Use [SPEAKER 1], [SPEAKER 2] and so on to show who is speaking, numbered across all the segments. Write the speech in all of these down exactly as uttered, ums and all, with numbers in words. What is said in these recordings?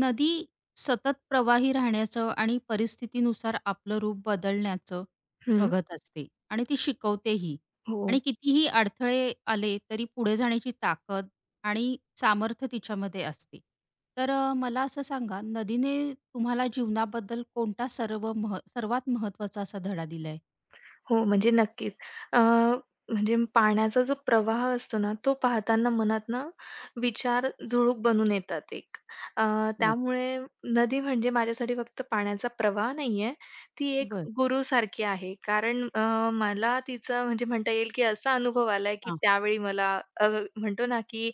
[SPEAKER 1] नदी सतत प्रवाही राहण्याचं आणि परिस्थितीनुसार आपलं रूप बदलण्याचं
[SPEAKER 2] हं.
[SPEAKER 1] बघत असते आणि ती शिकवतेही
[SPEAKER 2] हो,
[SPEAKER 1] आणि कितीही अडथळे आले तरी पुढे जाण्याची ताकद आणि सामर्थ्य तिच्यामध्ये असते. तर अ, मला असं सांगा, नदीने तुम्हाला जीवनाबद्दल कोणता सर्व मह सर्वात महत्त्वाचा असा धडा दिलाय?
[SPEAKER 2] हो. म्हणजे नक्कीच. अ, म्हणजे पाण्याचा जो प्रवाह असतो ना, तो पाहताना मनात ना विचार झुळूक बनून येतात एक. अ,
[SPEAKER 1] हो.
[SPEAKER 2] त्यामुळे नदी म्हणजे माझ्यासाठी फक्त पाण्याचा प्रवाह नाहीये, ती एक
[SPEAKER 1] बरं.
[SPEAKER 2] गुरुसारखी आहे. कारण अ, मला तिचा म्हणजे म्हणता येईल, की असा अनुभव आलाय, की त्यावेळी मला अ, म्हणतो ना, की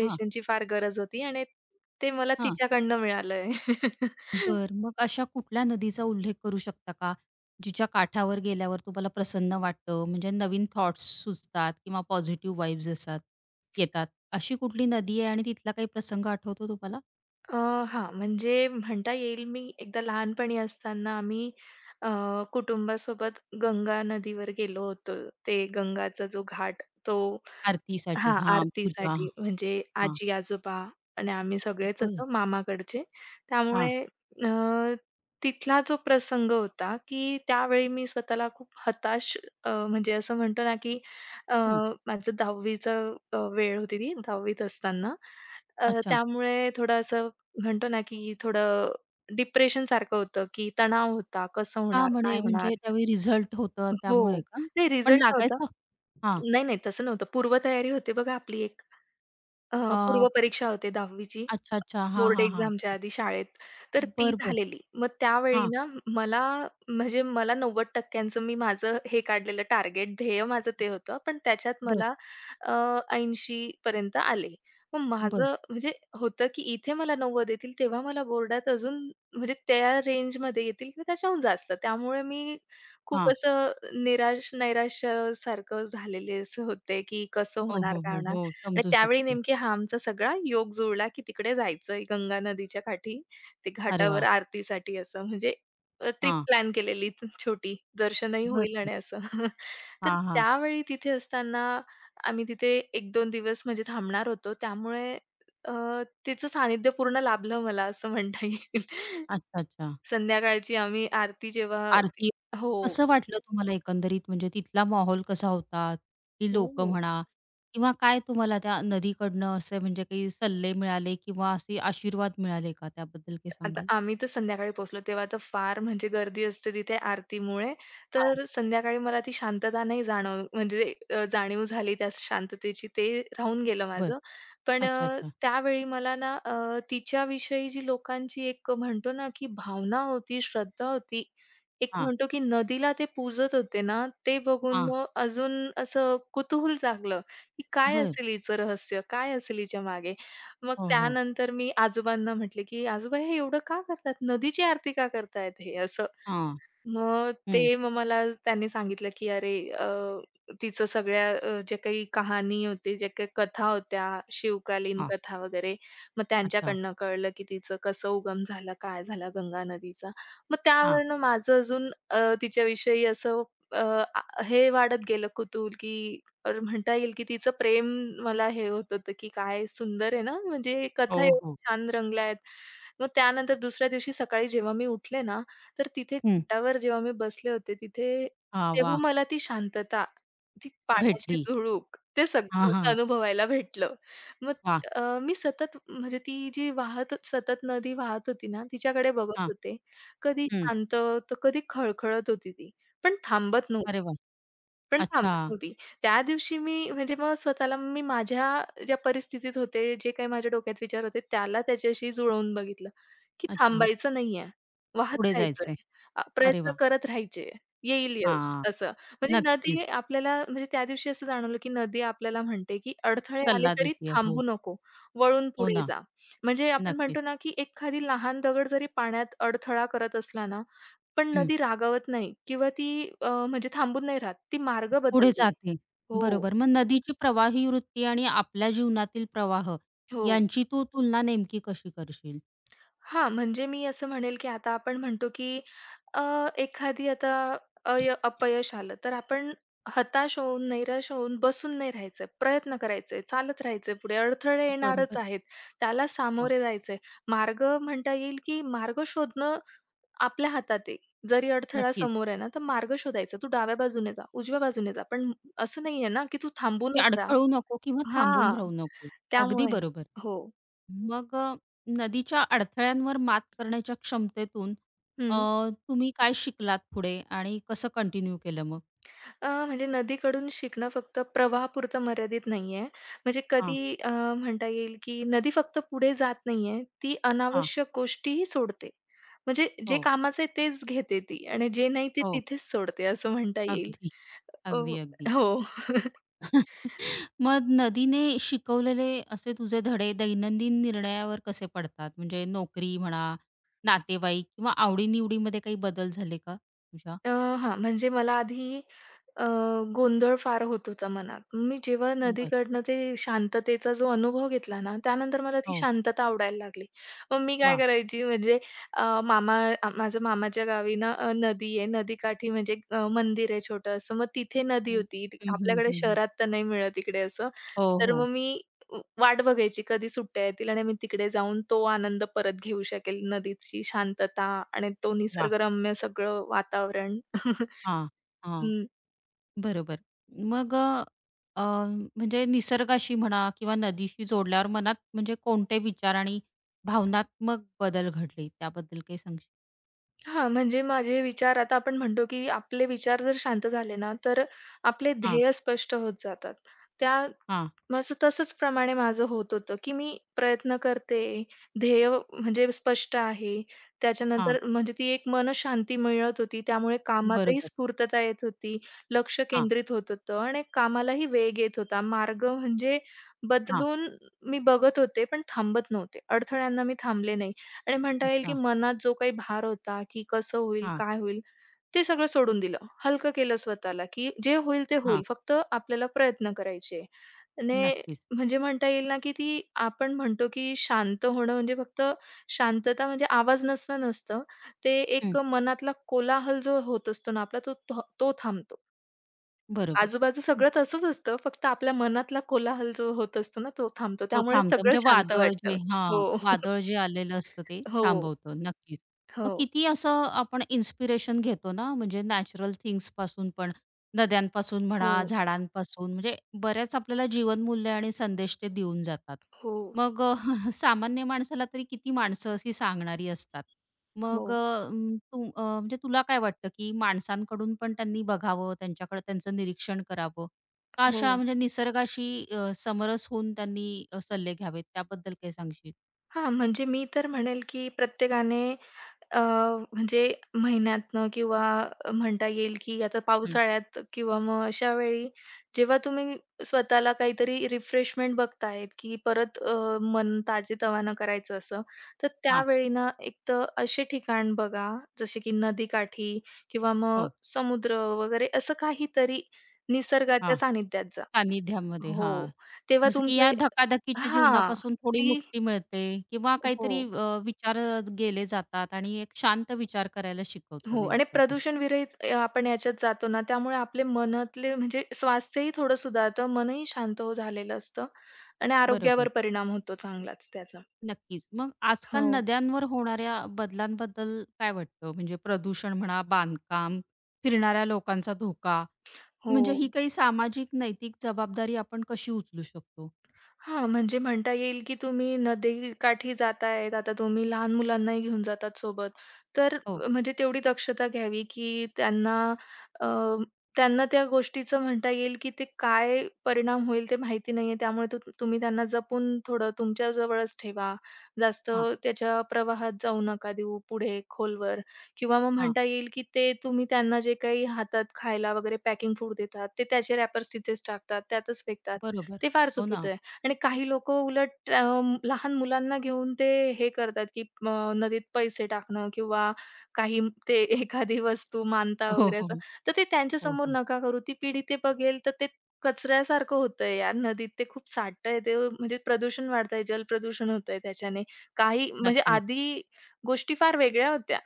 [SPEAKER 1] हां,
[SPEAKER 2] फार गरज होती आणि ते मला
[SPEAKER 1] हां.
[SPEAKER 2] तिच्याकडनं मिळालंय.
[SPEAKER 1] बरं. मग अशा कुठल्या नदीचा उल्लेख करू शकता का? जिच्या काठावर गेल्यावर तुम्हाला प्रसन्न वाटतं, म्हणजे नवीन थॉट्स सुचतात किंवा पॉझिटिव्ह वाइब्स असतात येतात. अशी कुठली नदी आहे आणि तिथला काही प्रसंग आठवतो तुम्हाला?
[SPEAKER 2] अ, हां, म्हणजे म्हणता येईल मी एकदा लहानपणी असताना आम्ही अ, कुटुंबासोबत गंगा नदीवर गेलो होतो. ते गंगाचा जो घाट तो
[SPEAKER 1] आरतीसाठी
[SPEAKER 2] हां,
[SPEAKER 1] हां, पूजा
[SPEAKER 2] आरतीसाठी म्हणजे
[SPEAKER 1] हां.
[SPEAKER 2] आजी-आजोबा आणि आम्ही सगळेच
[SPEAKER 1] बरं.
[SPEAKER 2] असं मामाकडचे.
[SPEAKER 1] हां.
[SPEAKER 2] त्यामुळे अ, तिथला जो प्रसंग होता, की त्यावेळी मी स्वतःला खूप हताश अ, म्हणजे असं म्हणतो ना, की अ,
[SPEAKER 1] हं.
[SPEAKER 2] माझं दहावीचं अ, वेळ होती ती दहावीत असताना. अ,
[SPEAKER 1] अच्छा.
[SPEAKER 2] त्यामुळे थोडं असं म्हणतो ना, की थोडं डिप्रेशनसारखं होतं, की तणाव होता, कसं
[SPEAKER 1] का
[SPEAKER 2] होणार,
[SPEAKER 1] म्हणे
[SPEAKER 2] काय होणार?
[SPEAKER 1] म्हणजे त्यावेळी रिझल्ट होतं
[SPEAKER 2] हो.
[SPEAKER 1] त्यामुळे का?
[SPEAKER 2] नाही
[SPEAKER 1] पण
[SPEAKER 2] रिझल्ट नव्हता.
[SPEAKER 1] लागायचं? हां.
[SPEAKER 2] नाही, नाही तसं नव्हतं. पूर्वतयारी होती बघा आपली एक. अ,
[SPEAKER 1] अ,
[SPEAKER 2] पूर्वपरीक्षा होते दहावी ची
[SPEAKER 1] अच्छा, अच्छा. हां,
[SPEAKER 2] बोर्ड
[SPEAKER 1] हां, हां.
[SPEAKER 2] एक्झामच्या आधी शाळेत. तर ती
[SPEAKER 1] बरं, बरं.
[SPEAKER 2] झालेली. मग त्यावेळी
[SPEAKER 1] हां.
[SPEAKER 2] ना मला म्हणजे मला नव्वद टक्के मी माझं हे काढलेलं टार्गेट ध्येय माझं ते होतं. पण त्याच्यात
[SPEAKER 1] बरं,
[SPEAKER 2] मला अ, ऐंशी पर्यंत आले. मग
[SPEAKER 1] बरं.
[SPEAKER 2] माझं म्हणजे होतं की इथे मला नव्वद येतील तेव्हा मला बोर्डात अजून म्हणजे त्या रेंजमध्ये येतील किंवा त्याच्याहून जास्त. त्यामुळे मी खूप
[SPEAKER 1] हां.
[SPEAKER 2] असं निराश, नैराश्य सारखं झालेले असं होते की कसं
[SPEAKER 1] हो,
[SPEAKER 2] होणार?
[SPEAKER 1] हो,
[SPEAKER 2] काय
[SPEAKER 1] हो,
[SPEAKER 2] होणार?
[SPEAKER 1] हो.
[SPEAKER 2] आणि
[SPEAKER 1] समजू
[SPEAKER 2] त्यावेळी
[SPEAKER 1] शकते.
[SPEAKER 2] नेमकी हा आमचा सगळा योग जुळला, की तिकडे जायचंय गंगा नदीच्या काठी. ते
[SPEAKER 1] अरे
[SPEAKER 2] घाटावर
[SPEAKER 1] वाह!
[SPEAKER 2] आरतीसाठी असं म्हणजे अ, ट्रिप
[SPEAKER 1] हां.
[SPEAKER 2] प्लॅन केलेली त- छोटी. दर्शनही
[SPEAKER 1] बरं,
[SPEAKER 2] होईल आणि
[SPEAKER 1] बरं.
[SPEAKER 2] असं. तर
[SPEAKER 1] हां, हां.
[SPEAKER 2] त्यावेळी तिथे असताना आम्ही तिथे एक दोन दिवस म्हणजे थांबणार होतो. त्यामुळे अ, तिचं सानिध्य पूर्ण लाभलं मला असं म्हणता येईल.
[SPEAKER 1] अच्छा, अच्छा.
[SPEAKER 2] संध्याकाळची आम्ही आरती जेव्हा
[SPEAKER 1] आरती.
[SPEAKER 2] हो,
[SPEAKER 1] मग कसं वाटलं तुम्हाला एकंदरीत म्हणजे तिथला माहोल कसा होता? ती लोकं
[SPEAKER 2] हो.
[SPEAKER 1] म्हणा किंवा काय तुम्हाला त्या नदीकडनं असे म्हणजे काही सल्ले मिळाले किंवा असे आशीर्वाद मिळाले का? त्याबद्दल काही
[SPEAKER 2] आता
[SPEAKER 1] सांगाल?
[SPEAKER 2] आम्ही तर संध्याकाळी पोहोचलो, तेव्हा तर फार म्हणजे गर्दी असते तिथे आरतीमुळे.
[SPEAKER 1] हां.
[SPEAKER 2] तर संध्याकाळी मला ती शांतता नाही जाणव म्हणजे अ, जाणीव झाली त्या शांततेची, ते राहून गेलं
[SPEAKER 1] बरं.
[SPEAKER 2] माझं. पण
[SPEAKER 1] अच्छा,
[SPEAKER 2] अ,
[SPEAKER 1] अच्छा.
[SPEAKER 2] त्यावेळी मला ना अ, तिच्याविषयी जी लोकांची एक म्हणतो ना, की भावना होती, श्रद्धा होती. एक
[SPEAKER 1] हां,
[SPEAKER 2] म्हणतो, की नदीला ते पूजत होते ना, ते बघून
[SPEAKER 1] हां.
[SPEAKER 2] मग अजून असं कुतूहल जागलं, की काय
[SPEAKER 1] बरं.
[SPEAKER 2] असेल हिचं रहस्य? काय असेल हिच्या मागे? मग
[SPEAKER 1] हो, हो.
[SPEAKER 2] त्यानंतर मी आजोबांना म्हटले, की "आजोबा हे एवढं का करतात? नदीची आरती का करतायत हे?" असं.
[SPEAKER 1] हां.
[SPEAKER 2] मग
[SPEAKER 1] हं.
[SPEAKER 2] ते मग मला त्यांनी सांगितलं, की "अरे अ, तिचं सगळ्या अ, जे काही कहाणी होती, जे काही कथा होत्या, शिवकालीन
[SPEAKER 1] हां.
[SPEAKER 2] कथा वगैरे, मग
[SPEAKER 1] अच्छा.
[SPEAKER 2] त्यांच्याकडनं कळलं, की तिचं कसं उगम झाला, काय झाला गंगा नदीचा." मग
[SPEAKER 1] हां.
[SPEAKER 2] त्यावरनं माझं अजून अ, तिच्याविषयी असं अ, आ हे वाढत गेलं कुतूहल, की अ, म्हणता येईल, की तिचं प्रेम मला हे होत होतं, की काय सुंदर आहे ना, म्हणजे
[SPEAKER 1] हो,
[SPEAKER 2] कथा एवढ्या
[SPEAKER 1] हो.
[SPEAKER 2] छान रंगल्या आहेत. मग त्यानंतर दुसऱ्या दिवशी सकाळी जेव्हा मी उठले ना तर तिथे
[SPEAKER 1] हं.
[SPEAKER 2] घाटावर जेव्हा मी बसले होते तिथे,
[SPEAKER 1] हां,
[SPEAKER 2] तेव्हा
[SPEAKER 1] वाह!
[SPEAKER 2] मला ती शांतता, ती पाण्याची
[SPEAKER 1] भेटली.
[SPEAKER 2] झुळूक ते सगळं
[SPEAKER 1] हां,
[SPEAKER 2] असं
[SPEAKER 1] हां.
[SPEAKER 2] अनुभवायला भेटलं. मग
[SPEAKER 1] वाह!
[SPEAKER 2] अ, मी सतत म्हणजे ती जी वाहत सतत नदी वाहत होती ना, तिच्याकडे बघत
[SPEAKER 1] हां.
[SPEAKER 2] होते. कधी
[SPEAKER 1] हं.
[SPEAKER 2] शांत तर कधी खळखळत होती ती, पण थांबत नव्हती.
[SPEAKER 1] अरे वाह!
[SPEAKER 2] पण
[SPEAKER 1] अच्छा,
[SPEAKER 2] थांबत नव्हती. त्या दिवशी मी म्हणजे मग स्वतःला मी माझ्या ज्या परिस्थितीत होते, जे काही माझ्या डोक्यात विचार होते, त्याला त्याच्याशी जुळवून बघितलं, की
[SPEAKER 1] अच्छा.
[SPEAKER 2] थांबायचं नाहीये, वाहत
[SPEAKER 1] पुढे
[SPEAKER 2] राहायचंय,
[SPEAKER 1] जायचंय.
[SPEAKER 2] अ,
[SPEAKER 1] अरे
[SPEAKER 2] प्रयत्न
[SPEAKER 1] वाह!
[SPEAKER 2] करत राहायचे, येईल यश
[SPEAKER 1] हां,
[SPEAKER 2] असं. म्हणजे नदी
[SPEAKER 1] नक्कीच.
[SPEAKER 2] आपल्याला म्हणजे त्या दिवशी असं जाणवलं, की नदी आपल्याला म्हणते, की अडथळे आले
[SPEAKER 1] सल्ला
[SPEAKER 2] तरी
[SPEAKER 1] देते. हो,
[SPEAKER 2] थांबू नको, वळून
[SPEAKER 1] हो
[SPEAKER 2] पुढे
[SPEAKER 1] ना,
[SPEAKER 2] जा. म्हणजे आपण म्हणतो
[SPEAKER 1] नक्कीच.
[SPEAKER 2] ना, की एखादी लहान दगड जरी पाण्यात अडथळा करत असला ना, पण
[SPEAKER 1] हं.
[SPEAKER 2] नदी रागावत नाही किंवा ती अ, म्हणजे थांबून नाही राहत. ती मार्ग
[SPEAKER 1] पुढे
[SPEAKER 2] बदलते.
[SPEAKER 1] जाते.
[SPEAKER 2] हो,
[SPEAKER 1] बरोबर. मग नदीची प्रवाही वृत्ती आणि आपल्या जीवनातील प्रवाह
[SPEAKER 2] हो.
[SPEAKER 1] यांची तू तुलना नेमकी कशी करशील?
[SPEAKER 2] हा, म्हणजे मी असं म्हणेल, की आता आपण म्हणतो, की अ, एखादी आता अय अपयश आलं, तर आपण हताश होऊन, नैराश होऊन बसून नाही राहायचं. प्रयत्न करायचे, चालत राहायचे पुढे. अडथळे येणारच
[SPEAKER 1] बरोबर.
[SPEAKER 2] आहेत, त्याला
[SPEAKER 1] हो,
[SPEAKER 2] सामोरे जायचे. मार्ग म्हणता येईल, की मार्ग शोधणं आपल्या हातात आहे. जरी अडथळा
[SPEAKER 1] नक्कीच.
[SPEAKER 2] समोर आहे ना, तर मार्ग शोधायचा. तू डाव्या बाजूने जा, उजव्या बाजूने जा. पण असं नाहीये ना, की तू
[SPEAKER 1] की
[SPEAKER 2] थांबूनच राहा.
[SPEAKER 1] अडखळू नको किंवा थांबून
[SPEAKER 2] हां,
[SPEAKER 1] राहू नको. अगदी
[SPEAKER 2] त्यामुळे.
[SPEAKER 1] बरोबर.
[SPEAKER 2] हो.
[SPEAKER 1] मग अ, नदीच्या अडथळ्यांवर मात करण्याच्या क्षमतेतून अ,
[SPEAKER 2] हं.
[SPEAKER 1] तुम्ही काय शिकलात पुढे आणि कसं कंटिन्यू केलं मग?
[SPEAKER 2] अ, म्हणजे नदीकडून शिकणं फक्त प्रवाहापुरतं मर्यादित नाहीये. म्हणजे
[SPEAKER 1] हां,
[SPEAKER 2] कधी अ, म्हणता येईल, की नदी फक्त पुढे जात नाहीये, ती
[SPEAKER 1] हां.
[SPEAKER 2] अनावश्यक गोष्टीही सोडते. म्हणजे जे
[SPEAKER 1] हो,
[SPEAKER 2] कामाचं आहे तेच घेते ती आणि जे नाही ते
[SPEAKER 1] हो.
[SPEAKER 2] तिथेच सोडते असं म्हणता येईल.
[SPEAKER 1] अगदी,
[SPEAKER 2] अ,
[SPEAKER 1] अगदी, अगदी.
[SPEAKER 2] हो.
[SPEAKER 1] मग नदीने शिकवलेले असे तुझे धडे दैनंदिन निर्णयावर कसे पडतात? म्हणजे नोकरी म्हणा, नातेवाईक किंवा आवडी-निवडीमध्ये काही बदल झाले का तुझ्या?
[SPEAKER 2] अ, हां, म्हणजे मला आधी अ, गोंधळ फार होत होता मनात. मी जेव्हा
[SPEAKER 1] बरं.
[SPEAKER 2] नदीकडनं ते शांततेचा जो अनुभव घेतला ना, त्यानंतर मला ती
[SPEAKER 1] हो.
[SPEAKER 2] शांतता आवडायला लागली. मग मी काय
[SPEAKER 1] वाह!
[SPEAKER 2] करायची म्हणजे अ, मामा अ, माझ्या मामाच्या गावी ना अ, नदी आहे. नदीकाठी म्हणजे अ, मंदिर आहे छोटं असं. मग तिथे नदी
[SPEAKER 1] हं.
[SPEAKER 2] होती. ती-
[SPEAKER 1] हं, हं,
[SPEAKER 2] आपल्याकडे
[SPEAKER 1] हं,
[SPEAKER 2] शहरात तर नाही मिळत इकडे असं.
[SPEAKER 1] हो,
[SPEAKER 2] तर
[SPEAKER 1] हो.
[SPEAKER 2] मग मी व वाट बघायची कधी सुट्ट्या येतील आणि मी तिकडे जाऊन तो आनंद परत घेऊ शकेल. नदीची शांतता आणि तो
[SPEAKER 1] वाह!
[SPEAKER 2] निसर्गरम्य सगळं वातावरण.
[SPEAKER 1] हां, हां.
[SPEAKER 2] हं.
[SPEAKER 1] बरोबर. मग अ, अ, म्हणजे निसर्गाशी म्हणा किंवा नदीशी जोडल्यावर मनात म्हणजे कोणते विचार आणि भावनात्मक बदल घडले? त्याबद्दल काही सांगशील?
[SPEAKER 2] हां, म्हणजे माझे विचार आता आपण म्हणतो, की आपले विचार जर शांत झाले ना, तर आपले
[SPEAKER 1] हां,
[SPEAKER 2] ध्येय स्पष्ट होत जातात. त्या
[SPEAKER 1] हां,
[SPEAKER 2] माझं तसंच प्रमाणे माझं होत होतं, की मी प्रयत्न करते, ध्येय म्हणजे स्पष्ट आहे.
[SPEAKER 1] हां.
[SPEAKER 2] त्याच्यानंतर म्हणजे ती एक मनःशांती मिळत होती. त्यामुळे कामातही
[SPEAKER 1] बरोबर.
[SPEAKER 2] स्फूर्तता येत होती, लक्ष
[SPEAKER 1] हां,
[SPEAKER 2] केंद्रित होत होतं आणि कामालाही वेग येत होता. मार्ग म्हणजे
[SPEAKER 1] हां.
[SPEAKER 2] बदलून मी बघत होते, पण थांबत नव्हते. अडथळ्यांना मी थांबले नाही. आणि म्हणता येईल की
[SPEAKER 1] अच्छा.
[SPEAKER 2] मनात जो काही भार होता, की कसं होईल,
[SPEAKER 1] हां.
[SPEAKER 2] काय होईल, ते सगळं सोडून दिलं. हलकं केलं स्वतःला, की जे होईल ते होईल.
[SPEAKER 1] हां,
[SPEAKER 2] फक्त आपल्याला प्रयत्न करायचे. आणि
[SPEAKER 1] नक्कीच.
[SPEAKER 2] म्हणजे म्हणता येईल ना, की ती आपण म्हणतो की शांत होणं म्हणजे फक्त शांतता म्हणजे आवाज नसणं नसतं. ते एक
[SPEAKER 1] हं,
[SPEAKER 2] मनातला कोलाहल जो होत असतो ना आपला, तो थ तो थांबतो.
[SPEAKER 1] बरोबर.
[SPEAKER 2] आजूबाजू
[SPEAKER 1] हं.
[SPEAKER 2] सगळं तसंच असतं, फक्त आपल्या मनातला कोलाहल जो होत असतो ना, तो थांबतो.
[SPEAKER 1] तो
[SPEAKER 2] त्यामुळे
[SPEAKER 1] थांबतो.
[SPEAKER 2] सगळं
[SPEAKER 1] म्हणजे
[SPEAKER 2] शांत
[SPEAKER 1] वादळ
[SPEAKER 2] वाटतं.
[SPEAKER 1] जे हां,
[SPEAKER 2] हो.
[SPEAKER 1] वादळ जे आलेलं असतं ते
[SPEAKER 2] हो.
[SPEAKER 1] थांबवतं. नक्कीच.
[SPEAKER 2] हो.
[SPEAKER 1] मग किती असं आपण इन्स्पिरेशन घेतो ना, म्हणजे नॅचरल थिंग्सपासून पण, नद्यांपासून
[SPEAKER 2] हो.
[SPEAKER 1] म्हणा, झाडांपासून म्हणजे बऱ्याच आपल्याला जीवनमूल्य आणि संदेश ते देऊन जातात.
[SPEAKER 2] हो,
[SPEAKER 1] मग अ, सामान्य माणसाला तरी किती माणसं अशी सांगणारी असतात.
[SPEAKER 2] हो,
[SPEAKER 1] मग अ, म, तू अ, म्हणजे तुला काय वाटतं, की माणसांकडून पण त्यांनी बघावं, त्यांच्याकडे त्यांचं निरीक्षण करावं अशा
[SPEAKER 2] हो.
[SPEAKER 1] म्हणजे निसर्गाशी अ, समरस होऊन त्यांनी अ, सल्ले घ्यावेत त्याबद्दल काय सांगशील?
[SPEAKER 2] हां, म्हणजे मी तर म्हणेल, की प्रत्येकाने अ, म्हणजे महिन्यातनं किंवा म्हणता येईल, की आता
[SPEAKER 1] हं.
[SPEAKER 2] पावसाळ्यात किंवा मग अशा वेळी जेव्हा तुम्ही स्वतःला काहीतरी रिफ्रेशमेंट बघताय, की परत अ, मन ताजेतवानं करायचं असं, तर
[SPEAKER 1] हां.
[SPEAKER 2] त्यावेळी ना एक तर असे ठिकाण बघा, जसे की नदीकाठी किंवा मग
[SPEAKER 1] हो.
[SPEAKER 2] समुद्र वगैरे असं काहीतरी निसर्गाच्या
[SPEAKER 1] हां.
[SPEAKER 2] सानिध्यात जा.
[SPEAKER 1] सानिध्यामध्ये
[SPEAKER 2] हो,
[SPEAKER 1] हां.
[SPEAKER 2] तेव्हा
[SPEAKER 1] जसं की या
[SPEAKER 2] तुमचे
[SPEAKER 1] धकाधकीच्या
[SPEAKER 2] हां,
[SPEAKER 1] जीवनापासून थोडी
[SPEAKER 2] ती
[SPEAKER 1] मुक्ती मिळते किंवा
[SPEAKER 2] हो,
[SPEAKER 1] काहीतरी अ, विचार अ, गेले जातात आणि एक शांत विचार करायला
[SPEAKER 2] हो.
[SPEAKER 1] शिकवतं
[SPEAKER 2] आणि
[SPEAKER 1] नेमकं तर.
[SPEAKER 2] प्रदूषणविरहित अ, आपण याच्यात जातो ना, त्यामुळे आपले मनातले म्हणजे स्वास्थ्यही थोडं सुधारतं, मनही शांत हो झालेलं असतं आणि आरोग्यावर
[SPEAKER 1] बरोबर.
[SPEAKER 2] परिणाम होतो चांगलाच त्याचा.
[SPEAKER 1] नक्कीच. मग आजकाल
[SPEAKER 2] हो,
[SPEAKER 1] नद्यांवर होणाऱ्या बदलांबद्दल काय वाटतं? म्हणजे प्रदूषण म्हणा, बांधकाम, फिरणाऱ्या लोकांचा धोका,
[SPEAKER 2] हो.
[SPEAKER 1] म्हणजे ही काही सामाजिक नैतिक जबाबदारी आपण कशी उचलू शकतो?
[SPEAKER 2] हां, म्हणजे म्हणता येईल, की तुम्ही नदीकाठी जातायत, आता तुम्ही लहान मुलांनाही घेऊन जातात सोबत. तर
[SPEAKER 1] हो.
[SPEAKER 2] अ, म्हणजे तेवढी दक्षता घ्यावी, की त्यांना अ, त्यांना त्या गोष्टीचं म्हणता येईल, की ते काय परिणाम होईल ते माहिती नाहीये. त्यामुळे तू तुम्ही त्यांना जपून थोडं तुमच्या जवळच ठेवा. जास्त
[SPEAKER 1] हां,
[SPEAKER 2] त्याच्या प्रवाहात जाऊ नका देऊ पुढे खोलवर किंवा मग
[SPEAKER 1] हां.
[SPEAKER 2] म्हणता येईल, की ते तुम्ही त्यांना जे काही हातात खायला वगैरे पॅकिंग फूड देतात, ते त्याचे रॅपर्स तिथेच टाकतात, त्यातच फेकतात.
[SPEAKER 1] बरोबर.
[SPEAKER 2] ते फार
[SPEAKER 1] हो ना.
[SPEAKER 2] चुकीचं आहे. आणि काही लोकं उलट अ, लहान मुलांना घेऊन ते हे करतात, की अ, नदीत पैसे टाकणं किंवा काही म- ते एखादी वस्तू मानता
[SPEAKER 1] हो,
[SPEAKER 2] वगैरे
[SPEAKER 1] हो,
[SPEAKER 2] असं.
[SPEAKER 1] हो.
[SPEAKER 2] तर ते
[SPEAKER 1] हो,
[SPEAKER 2] त्यांच्यासमोर
[SPEAKER 1] हो.
[SPEAKER 2] नका करू. ती पिढी ते बघेल तर ते कचऱ्यासारखं होतंय यार नदीत ते खूप साठतंय ते म्हणजे प्रदूषण वाढतंय, जलप्रदूषण होतंय त्याच्याने. काही म्हणजे
[SPEAKER 1] नक्कीच.
[SPEAKER 2] आधी गोष्टी फार वेगळ्या होत्या.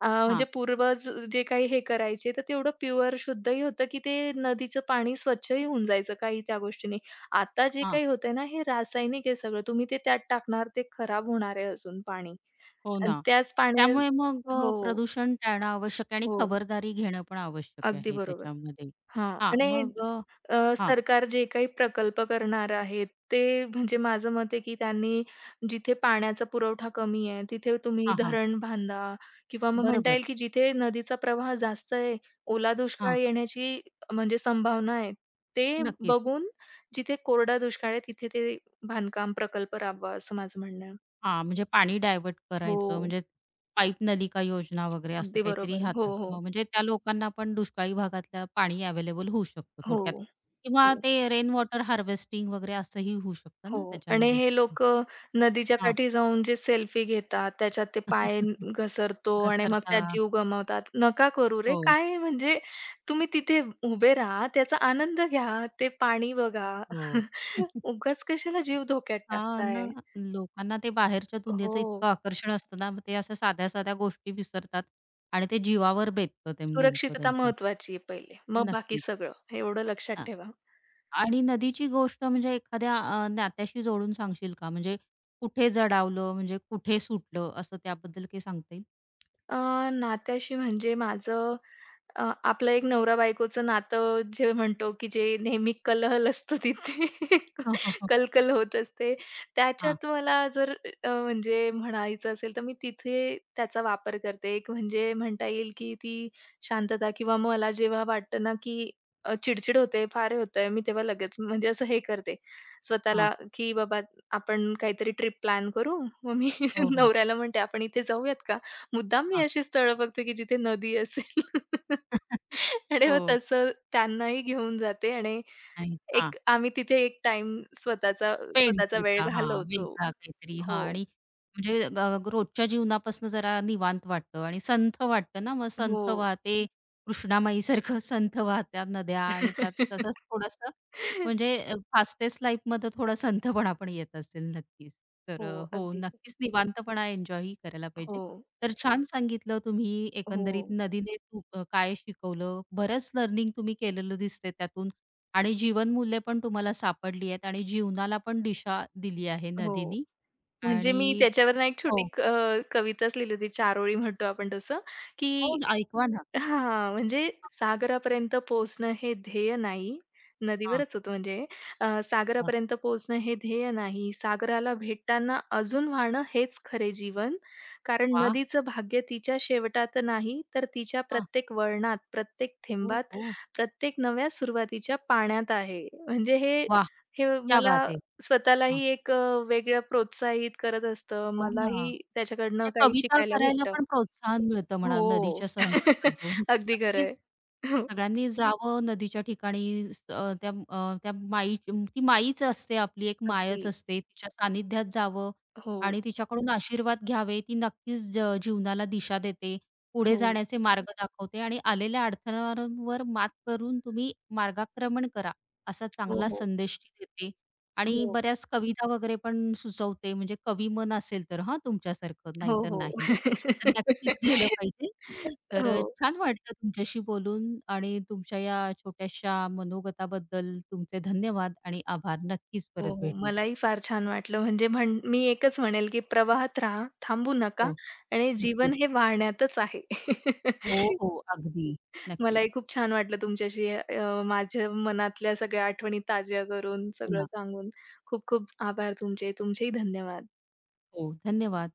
[SPEAKER 2] अ, म्हणजे
[SPEAKER 1] हां,
[SPEAKER 2] पूर्वज जे काही हे करायचे तर तेवढं प्युअर शुद्धही होतं, की ते नदीचं पाणी स्वच्छही होऊन जायचं काही त्या गोष्टीने. आता जे
[SPEAKER 1] हां.
[SPEAKER 2] काही होतंय ना, हे रासायनिक आहे सगळं. तुम्ही ते त्यात टाकणार, ते खराब होणार आहे अजून पाणी
[SPEAKER 1] हो
[SPEAKER 2] आणि
[SPEAKER 1] ना.
[SPEAKER 2] त्याच पाण्यात
[SPEAKER 1] त्यामुळे मग अ,
[SPEAKER 2] हो,
[SPEAKER 1] प्रदूषण टाळणं आवश्यक आहे आणि
[SPEAKER 2] हो.
[SPEAKER 1] खबरदारी घेणं पण आवश्यक
[SPEAKER 2] अगदी
[SPEAKER 1] आहे
[SPEAKER 2] बरोबर.
[SPEAKER 1] त्याच्यामध्ये.
[SPEAKER 2] हां
[SPEAKER 1] हां,
[SPEAKER 2] आणि
[SPEAKER 1] मग अ,
[SPEAKER 2] अ,
[SPEAKER 1] हां,
[SPEAKER 2] सरकार जे काही प्रकल्प करणार आहेत, ते म्हणजे माझं मत आहे, की त्यांनी जिथे पाण्याचा पुरवठा कमी आहे, तिथे तुम्ही
[SPEAKER 1] हां, हां.
[SPEAKER 2] धरण बांधा किंवा मग म्हणता
[SPEAKER 1] बरोबर.
[SPEAKER 2] येईल, की जिथे नदीचा प्रवाह जास्त आहे, ओला
[SPEAKER 1] हां,
[SPEAKER 2] दुष्काळ येण्याची म्हणजे संभावना आहे. ते
[SPEAKER 1] नक्कीच.
[SPEAKER 2] बघून जिथे कोरडा दुष्काळ आहे, तिथे ते बांधकाम प्रकल्प राबवा, असं माझं म्हणणं आहे.
[SPEAKER 1] हां, म्हणजे पाणी डायव्हर्ट करायचं
[SPEAKER 2] हो,
[SPEAKER 1] म्हणजे पाईप नलिका योजना वगैरे असं
[SPEAKER 2] अगदी
[SPEAKER 1] काहीतरी
[SPEAKER 2] बरोबर. हो,
[SPEAKER 1] हातात
[SPEAKER 2] हो.
[SPEAKER 1] मग म्हणजे त्या लोकांना पण दुष्काळी भागातलं पाणी अवेलेबल होऊ शकतं
[SPEAKER 2] हो.
[SPEAKER 1] थोडक्यात किंवा
[SPEAKER 2] हो.
[SPEAKER 1] ते रेन वॉटर हार्वेस्टिंग वगैरे असंही होऊ शकतं
[SPEAKER 2] हो.
[SPEAKER 1] ना
[SPEAKER 2] आणि
[SPEAKER 1] त्याच्यामध्ये?
[SPEAKER 2] हे लोकं नदीच्या
[SPEAKER 1] हां.
[SPEAKER 2] काठी जाऊन जे सेल्फी घेतात, त्याच्यात ते पाय न- घसरतो आणि मग
[SPEAKER 1] घसरता.
[SPEAKER 2] त्यात जीव गमावतात. नका करू रे!
[SPEAKER 1] हो,
[SPEAKER 2] काय म्हणजे तुम्ही तिथे उभे राहा, त्याचा आनंद घ्या, ते पाणी बघा.
[SPEAKER 1] हो.
[SPEAKER 2] उगाच कशाला जीव धोक्यात
[SPEAKER 1] हां ना,
[SPEAKER 2] टाकताय?
[SPEAKER 1] लोकांना ते बाहेरच्या दुनियेचं
[SPEAKER 2] हो.
[SPEAKER 1] इतकं आकर्षण असतं ना, मग ते अशा साध्या-साध्या गोष्टी विसरतात आणि ते जीवावर बेततं ते नेमकं
[SPEAKER 2] सुरक्षितता
[SPEAKER 1] त्यांच्या.
[SPEAKER 2] महत्त्वाची आहे पहिले, मग बाकी
[SPEAKER 1] नक्कीच.
[SPEAKER 2] सगळं. एवढं लक्षात
[SPEAKER 1] हां.
[SPEAKER 2] ठेवा.
[SPEAKER 1] आणि नदीची गोष्ट म्हणजे एखाद्या अ, नात्याशी जोडून सांगशील का? म्हणजे कुठे जडावलं, म्हणजे कुठे सुटलं असं त्याबद्दल काही सांगता येईल?
[SPEAKER 2] अ, नात्याशी म्हणजे माझं अ, आपलं एक नवरा-बायकोचं नातं जे म्हणतो, की जे नेहमी कलहल असतो तिथे
[SPEAKER 1] हो, हो, हो.
[SPEAKER 2] कलकल होत असते.
[SPEAKER 1] हां,
[SPEAKER 2] त्याच्यात मला जर अ, म्हणजे म्हणायचं असेल, तर मी तिथे त्याचा वापर करते. एक म्हणजे म्हणता येईल, की ती शांतता किंवा मला जेव्हा वाटतं ना, की अ, चिडचिड होते, फार होतंय, मी तेव्हा लगेच म्हणजे असं हे करते
[SPEAKER 1] हां.
[SPEAKER 2] स्वतःला, की "बाबा आपण काहीतरी ट्रिप प्लॅन करू." मग मी
[SPEAKER 1] हो, हो.
[SPEAKER 2] नवऱ्याला म्हणते, "आपण इथे जाऊयात का?" मुद्दाम मी
[SPEAKER 1] हां.
[SPEAKER 2] अशी स्थळं बघते, की जिथे नदी असेल. आणि मग
[SPEAKER 1] हो.
[SPEAKER 2] तसं त्यांनाही घेऊन जाते आणि
[SPEAKER 1] आणि
[SPEAKER 2] एक आम्ही तिथे एक टाइम स्वतःचा
[SPEAKER 1] पेंट
[SPEAKER 2] स्वतःचा वेळ
[SPEAKER 1] करता. हां,
[SPEAKER 2] घालवतो.
[SPEAKER 1] वेगळा काहीतरी हां
[SPEAKER 2] हो,
[SPEAKER 1] आणि म्हणजे ग रोजच्या जीवनापासून जरा निवांत वाटतं आणि संथ वाटतं ना, मग
[SPEAKER 2] हो.
[SPEAKER 1] संथ वाहते कृष्णामाईसारखं संथ वाहत्या नद्या आणि त्यात तसंच थोडंसं म्हणजे अ, फास्टेस्ट लाईफमध्ये थोडा संथपणा पण येत असेल नक्कीच. तर
[SPEAKER 2] हो,
[SPEAKER 1] अ, हो,
[SPEAKER 2] अगदी.
[SPEAKER 1] नक्कीच निवांतपणा एन्जॉयही करायला पाहिजे.
[SPEAKER 2] हो,
[SPEAKER 1] तर छान सांगितलं तुम्ही
[SPEAKER 2] हो,
[SPEAKER 1] एकंदरीत नदीने तू अ, काय शिकवलं? बरंच लर्निंग तुम्ही केलेलं दिसतंय त्यातून. आणि जीवनमूल्य पण तुम्हाला सापडली आहेत आणि जीवनाला पण दिशा दिली आहे
[SPEAKER 2] हो.
[SPEAKER 1] नदीनी
[SPEAKER 2] म्हणजे मी
[SPEAKER 1] आणि
[SPEAKER 2] त्याच्यावरनं एक छोटी
[SPEAKER 1] हो,
[SPEAKER 2] क अ, कविताच लिहिली होती. चारोळी म्हणतो आपण तसं,
[SPEAKER 1] हो,
[SPEAKER 2] की
[SPEAKER 1] ऐकवा ना.
[SPEAKER 2] हां, म्हणजे सागरापर्यंत पोहोचणं हे ध्येय नाही.
[SPEAKER 1] हां,
[SPEAKER 2] नदीवरच होतं म्हणजे अ,
[SPEAKER 1] हां.
[SPEAKER 2] सागरापर्यंत पोहोचणं हे ध्येय नाही. सागराला भेटताना अजून वाहणं हेच खरे जीवन. कारण
[SPEAKER 1] वाह!
[SPEAKER 2] नदीचं भाग्य तिच्या शेवटात नाही, तर तिच्या
[SPEAKER 1] हां.
[SPEAKER 2] प्रत्येक वळणात, प्रत्येक
[SPEAKER 1] हो,
[SPEAKER 2] थेंबात,
[SPEAKER 1] हो.
[SPEAKER 2] प्रत्येक नव्या सुरुवातीच्या पाण्यात आहे. म्हणजे हे
[SPEAKER 1] वाह!
[SPEAKER 2] हे
[SPEAKER 1] क्या
[SPEAKER 2] मला
[SPEAKER 1] बात है! हां.
[SPEAKER 2] स्वतःलाही एक अ, वेगळं प्रोत्साहित करत असतं.
[SPEAKER 1] हो ना.
[SPEAKER 2] मलाही त्याच्याकडनं
[SPEAKER 1] म्हणजे
[SPEAKER 2] काही
[SPEAKER 1] कविता
[SPEAKER 2] शिकायला
[SPEAKER 1] करायला
[SPEAKER 2] भेटतं.
[SPEAKER 1] पण प्रोत्साहन मिळतं म्हणा
[SPEAKER 2] हो.
[SPEAKER 1] नदीच्या संपर्कात जाऊन. तर
[SPEAKER 2] अगदी खरं
[SPEAKER 1] नक्कीच
[SPEAKER 2] हो.
[SPEAKER 1] सगळ्यांनी जावं नदीच्या ठिकाणी स अ, त्या अ, त्या माईची ती माईच असते आपली एक
[SPEAKER 2] अगदी.
[SPEAKER 1] मायच असते. तिच्या सानिध्यात जावं
[SPEAKER 2] हो,
[SPEAKER 1] आणि तिच्याकडून आशीर्वाद घ्यावे. ती नक्कीच ज जीवनाला दिशा देते. पुढे
[SPEAKER 2] हो,
[SPEAKER 1] जाण्याचे मार्ग दाखवते आणि आलेल्या अडथळ्यांवर मात करून तुम्ही मार्गाक्रमण करा, असा
[SPEAKER 2] हो,
[SPEAKER 1] चांगला
[SPEAKER 2] हो,
[SPEAKER 1] संदेश ती देते. आणि
[SPEAKER 2] हो,
[SPEAKER 1] बऱ्याच कविता वगैरे पण सुचवते म्हणजे कवी मन असेल तर हां, तुमच्यासारखं
[SPEAKER 2] हो,
[SPEAKER 1] नाहीतर
[SPEAKER 2] हो.
[SPEAKER 1] नाही. तर नक्कीच गेलं पाहिजे. तर
[SPEAKER 2] हो,
[SPEAKER 1] अ,
[SPEAKER 2] हो,
[SPEAKER 1] छान वाटलं तुमच्याशी बोलून आणि तुमच्या या छोट्याशा मनोगताबद्दल तुमचे धन्यवाद आणि आभार. नक्कीच परत
[SPEAKER 2] हो.
[SPEAKER 1] भेटू.
[SPEAKER 2] मलाही फार छान वाटलं. म्हणजे म्हण मी एकच म्हणेल, की प्रवाहात राहा, थांबू नका
[SPEAKER 1] हो,
[SPEAKER 2] आणि जीवन
[SPEAKER 1] नक्कीच.
[SPEAKER 2] हे वाहण्यातच आहे.
[SPEAKER 1] हो, हो. अगदी. नक्कीच.
[SPEAKER 2] मलाही खूप छान वाटलं तुमच्याशी अ, माझ्या मनातल्या सगळ्या आठवणी ताज्या करून,
[SPEAKER 1] हो
[SPEAKER 2] सगळं
[SPEAKER 1] ना.
[SPEAKER 2] सांगून. खूप खूप आभार तुमचे. तुमचेही धन्यवाद.
[SPEAKER 1] हो, धन्यवाद.